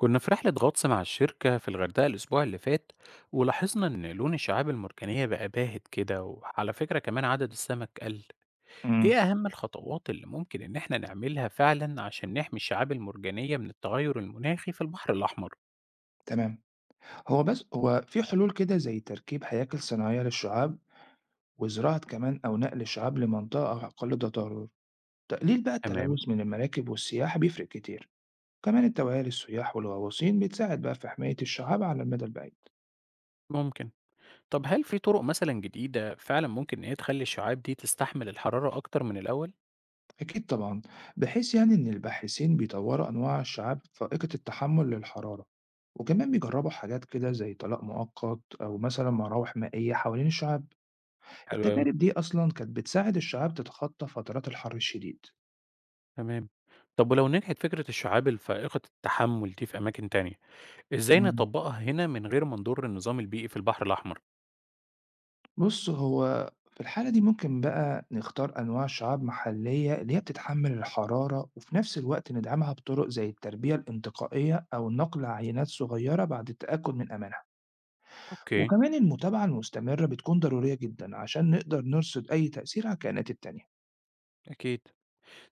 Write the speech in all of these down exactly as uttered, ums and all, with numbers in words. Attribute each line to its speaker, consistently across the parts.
Speaker 1: كنا في رحلة غطس مع الشركة في الغردقة الأسبوع اللي فات، ولاحظنا إن لون الشعاب المرجانية بقى باهت كده، وعلى فكرة كمان عدد السمك قل. إيه
Speaker 2: إمم،
Speaker 1: أهم الخطوات اللي ممكن إن إحنا نعملها فعلا عشان نحمي الشعاب المرجانية من التغير المناخي في البحر الأحمر؟
Speaker 2: تمام. هو بس هو في حلول كده زي تركيب هياكل صناعية للشعاب وزراعة كمان أو نقل الشعاب لمنطقة أقل تضرر، تقليل بقى
Speaker 1: تمام.
Speaker 2: التلوث من المراكب والسياحة بيفرق كتير، كمان التوعية للسياح والغواصين بتساعد بقى في حماية الشعاب على المدى البعيد.
Speaker 1: ممكن. طب هل في طرق مثلا جديدة فعلا ممكن إن هي تخلي الشعاب دي تستحمل الحرارة أكتر من الأول؟
Speaker 2: أكيد طبعًا، بحيث يعني إن الباحثين بيطوروا أنواع الشعاب فائقة التحمل للحرارة، وكمان بيجربوا حاجات كده زي طلاء مؤقت أو مثلًا مراوح مائية حوالين الشعاب.
Speaker 1: حلو أوي.
Speaker 2: التجارب دي أصلًا كانت بتساعد الشعاب تتخطى فترات الحر الشديد.
Speaker 1: تمام. طب ولو نجحت فكرة الشعاب الفائقة التحمل دي في أماكن تانية، إزاي
Speaker 2: إمم.
Speaker 1: نطبّقها هنا من غير ما نضر النظام البيئي في البحر الأحمر؟
Speaker 2: بُص، هو في الحالة دي ممكن بقى نختار أنواع شعاب محلية اللي هي بتتحمل الحرارة، وفي نفس الوقت ندعمها بطرق زي التربية الانتقائية أو نقل عينات صغيرة بعد التأكد من أمانها.
Speaker 1: اوكي.
Speaker 2: وكمان المتابعة المستمرة بتكون ضرورية جدًا عشان نقدر نرصد أي تأثير على الكائنات التانية.
Speaker 1: اكيد.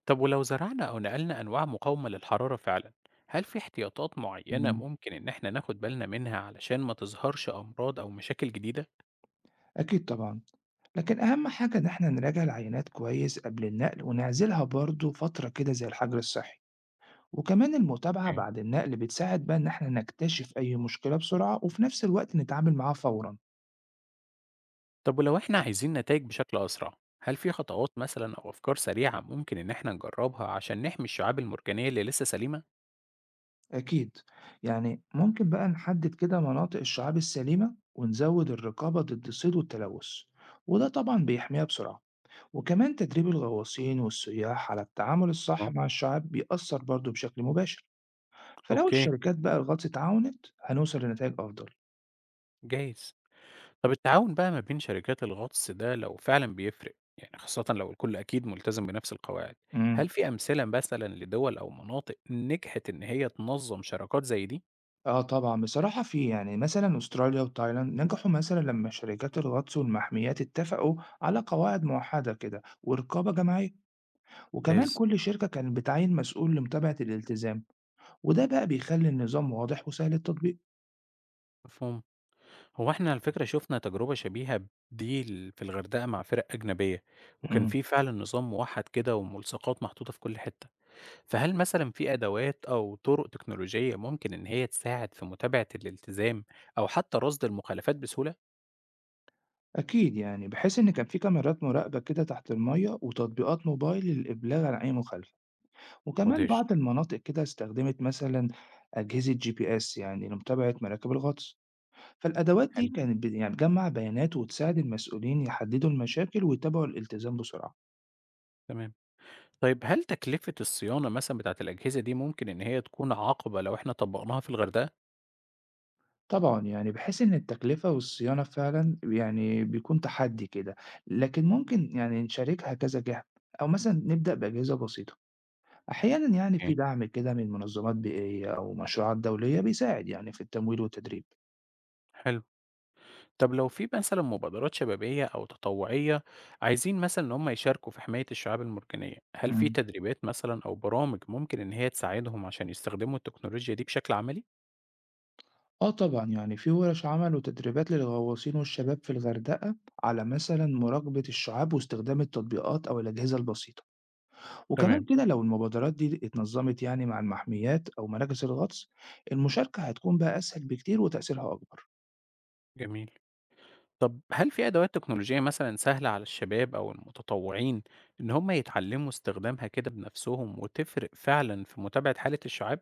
Speaker 1: طب ولو زرعنا أو نقلنا أنواع مقاومة للحرارة فعلا، هل في احتياطات معينة
Speaker 2: إمم.
Speaker 1: ممكن إن إحنا ناخد بالنا منها علشان ما تظهرش أمراض أو مشاكل جديدة؟
Speaker 2: أكيد طبعًا، لكن أهم حاجة إن إحنا نراجع العينات كويس قبل النقل ونعزلها برضه فترة كده زي الحجر الصحي. وكمان المتابعة
Speaker 1: اوكي.
Speaker 2: بعد النقل بتساعد بقى إن إحنا نكتشف أي مشكلة بسرعة وفي نفس الوقت نتعامل معاها فورا.
Speaker 1: طب ولو إحنا عايزين نتائج بشكل أسرع، هل في خطوات مثلا أو أفكار سريعة ممكن إن إحنا نجربها عشان نحمي الشعاب المرجانية اللي لسه سليمة؟
Speaker 2: أكيد يعني ممكن بقى نحدد كده مناطق الشعاب السليمة ونزود الرقابة ضد الصيد والتلوث، وده طبعا بيحميها بسرعة. وكمان تدريب الغواصين والسياح على التعامل الصح
Speaker 1: اه.
Speaker 2: مع الشعاب بيأثر برضه بشكل مباشر. فلو
Speaker 1: اوكي.
Speaker 2: الشركات بقى الغطس اتعاونت هنوصل لنتائج أفضل.
Speaker 1: جايز. طب التعاون بقى ما بين شركات الغطس ده لو فعلا بيفرق يعني، خاصة لو الكل أكيد ملتزم بنفس القواعد،
Speaker 2: مم.
Speaker 1: هل في أمثلة مثلا لدول أو مناطق نجحت إن هي تنظم شراكات زي دي؟
Speaker 2: آه طبعًا، بصراحة في، يعني مثلًا أستراليا وتايلاند نجحوا مثلًا لمّا شركات الغطس والمحميات اتفقوا على قواعد موحدة كده ورقابة جماعية، وكمان
Speaker 1: ممتاز.
Speaker 2: كل شركة كانت بتعين مسؤول لمتابعة الالتزام، وده بقى بيخلي النظام واضح وسهل التطبيق.
Speaker 1: مفهوم. هو احنا على فكرة شفنا تجربة شبيهة دي ال- في الغردقة مع فرق أجنبية، وكان
Speaker 2: إمم،
Speaker 1: في فعلا نظام موحد كده وملصقات محطوطة في كل حتة. فهل مثلا في أدوات أو طرق تكنولوجية ممكن إن هي تساعد في متابعة الالتزام أو حتى رصد المخالفات بسهولة؟
Speaker 2: أكيد يعني بحيث إن كان في كاميرات مراقبة كده تحت المَيّة وتطبيقات موبايل للإبلاغ عن أي مخالفة، وكمان
Speaker 1: مدهش.
Speaker 2: بعض المناطق كده استخدمت مثلًا أجهزة جي بي إس يعني لمتابعة مراكب الغطس. فالأدوات دي
Speaker 1: حلو.
Speaker 2: كانت بت- يعني بتجمع بيانات وتساعد المسؤولين يحددوا المشاكل ويتابعوا الالتزام بسرعة.
Speaker 1: تمام. طيب هل تكلفة الصيانة مثلًا بتاعة الأجهزة دي ممكن إن هي تكون عقبة لو إحنا طبّقناها في الغردقة؟
Speaker 2: طبعا يعني بحيث إن التكلفة والصيانة فعلا يعني بيكون تحدي كده، لكن ممكن يعني نشاركها كذا جهة أو مثلا نبدأ بأجهزة بسيطة. أحيانا يعني
Speaker 1: إمم.
Speaker 2: في دعم كده من منظمات بيئية أو مشروعات دولية بيساعد يعني في التمويل والتدريب.
Speaker 1: حلو. طب لو في مثلًا مبادرات شبابية أو تطوعية عايزين مثلًا إن هم يشاركوا في حماية الشعاب المرجانية، هل في
Speaker 2: مم.
Speaker 1: تدريبات مثلًا أو برامج ممكن إن هي تساعدهم عشان يستخدموا التكنولوجيا دي بشكل عملي؟
Speaker 2: اه طبعا يعني في ورش عمل وتدريبات للغواصين والشباب في الغردقة على مثلا مراقبة الشعاب واستخدام التطبيقات أو الأجهزة البسيطة، وكمان
Speaker 1: تمام.
Speaker 2: كده لو المبادرات دي اتنظمت يعني مع المحميات أو مراكز الغطس المشاركة هتكون بقى أسهل بكتير وتأثيرها أكبر.
Speaker 1: جميل. طب هل في أدوات تكنولوجية مثلًا سهلة على الشباب أو المتطوعين إن هم يتعلموا استخدامها كده بنفسهم وتفرق فعلًا في متابعة حالة الشعاب؟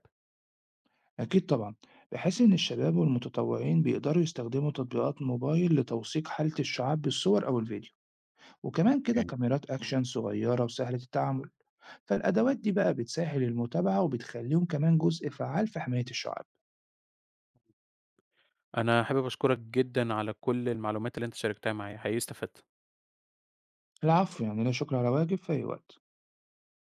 Speaker 2: أكيد طبعا بحيث إن الشباب والمتطوعين بيقدروا يستخدموا تطبيقات موبايل لتوثيق حالة الشعاب بالصور أو الفيديو، وكمان كده كاميرات أكشن صغيرة وسهلة التعامل. فالأدوات دي بقى بتسهل المتابعة وبتخليهم كمان جزء فعال في حماية الشعاب.
Speaker 1: أنا حابب أشكرك جدًا على كل المعلومات اللي أنت شاركتها معايا، حقيقي استفدت.
Speaker 2: العفو يعني لا شكر على واجب في أي وقت.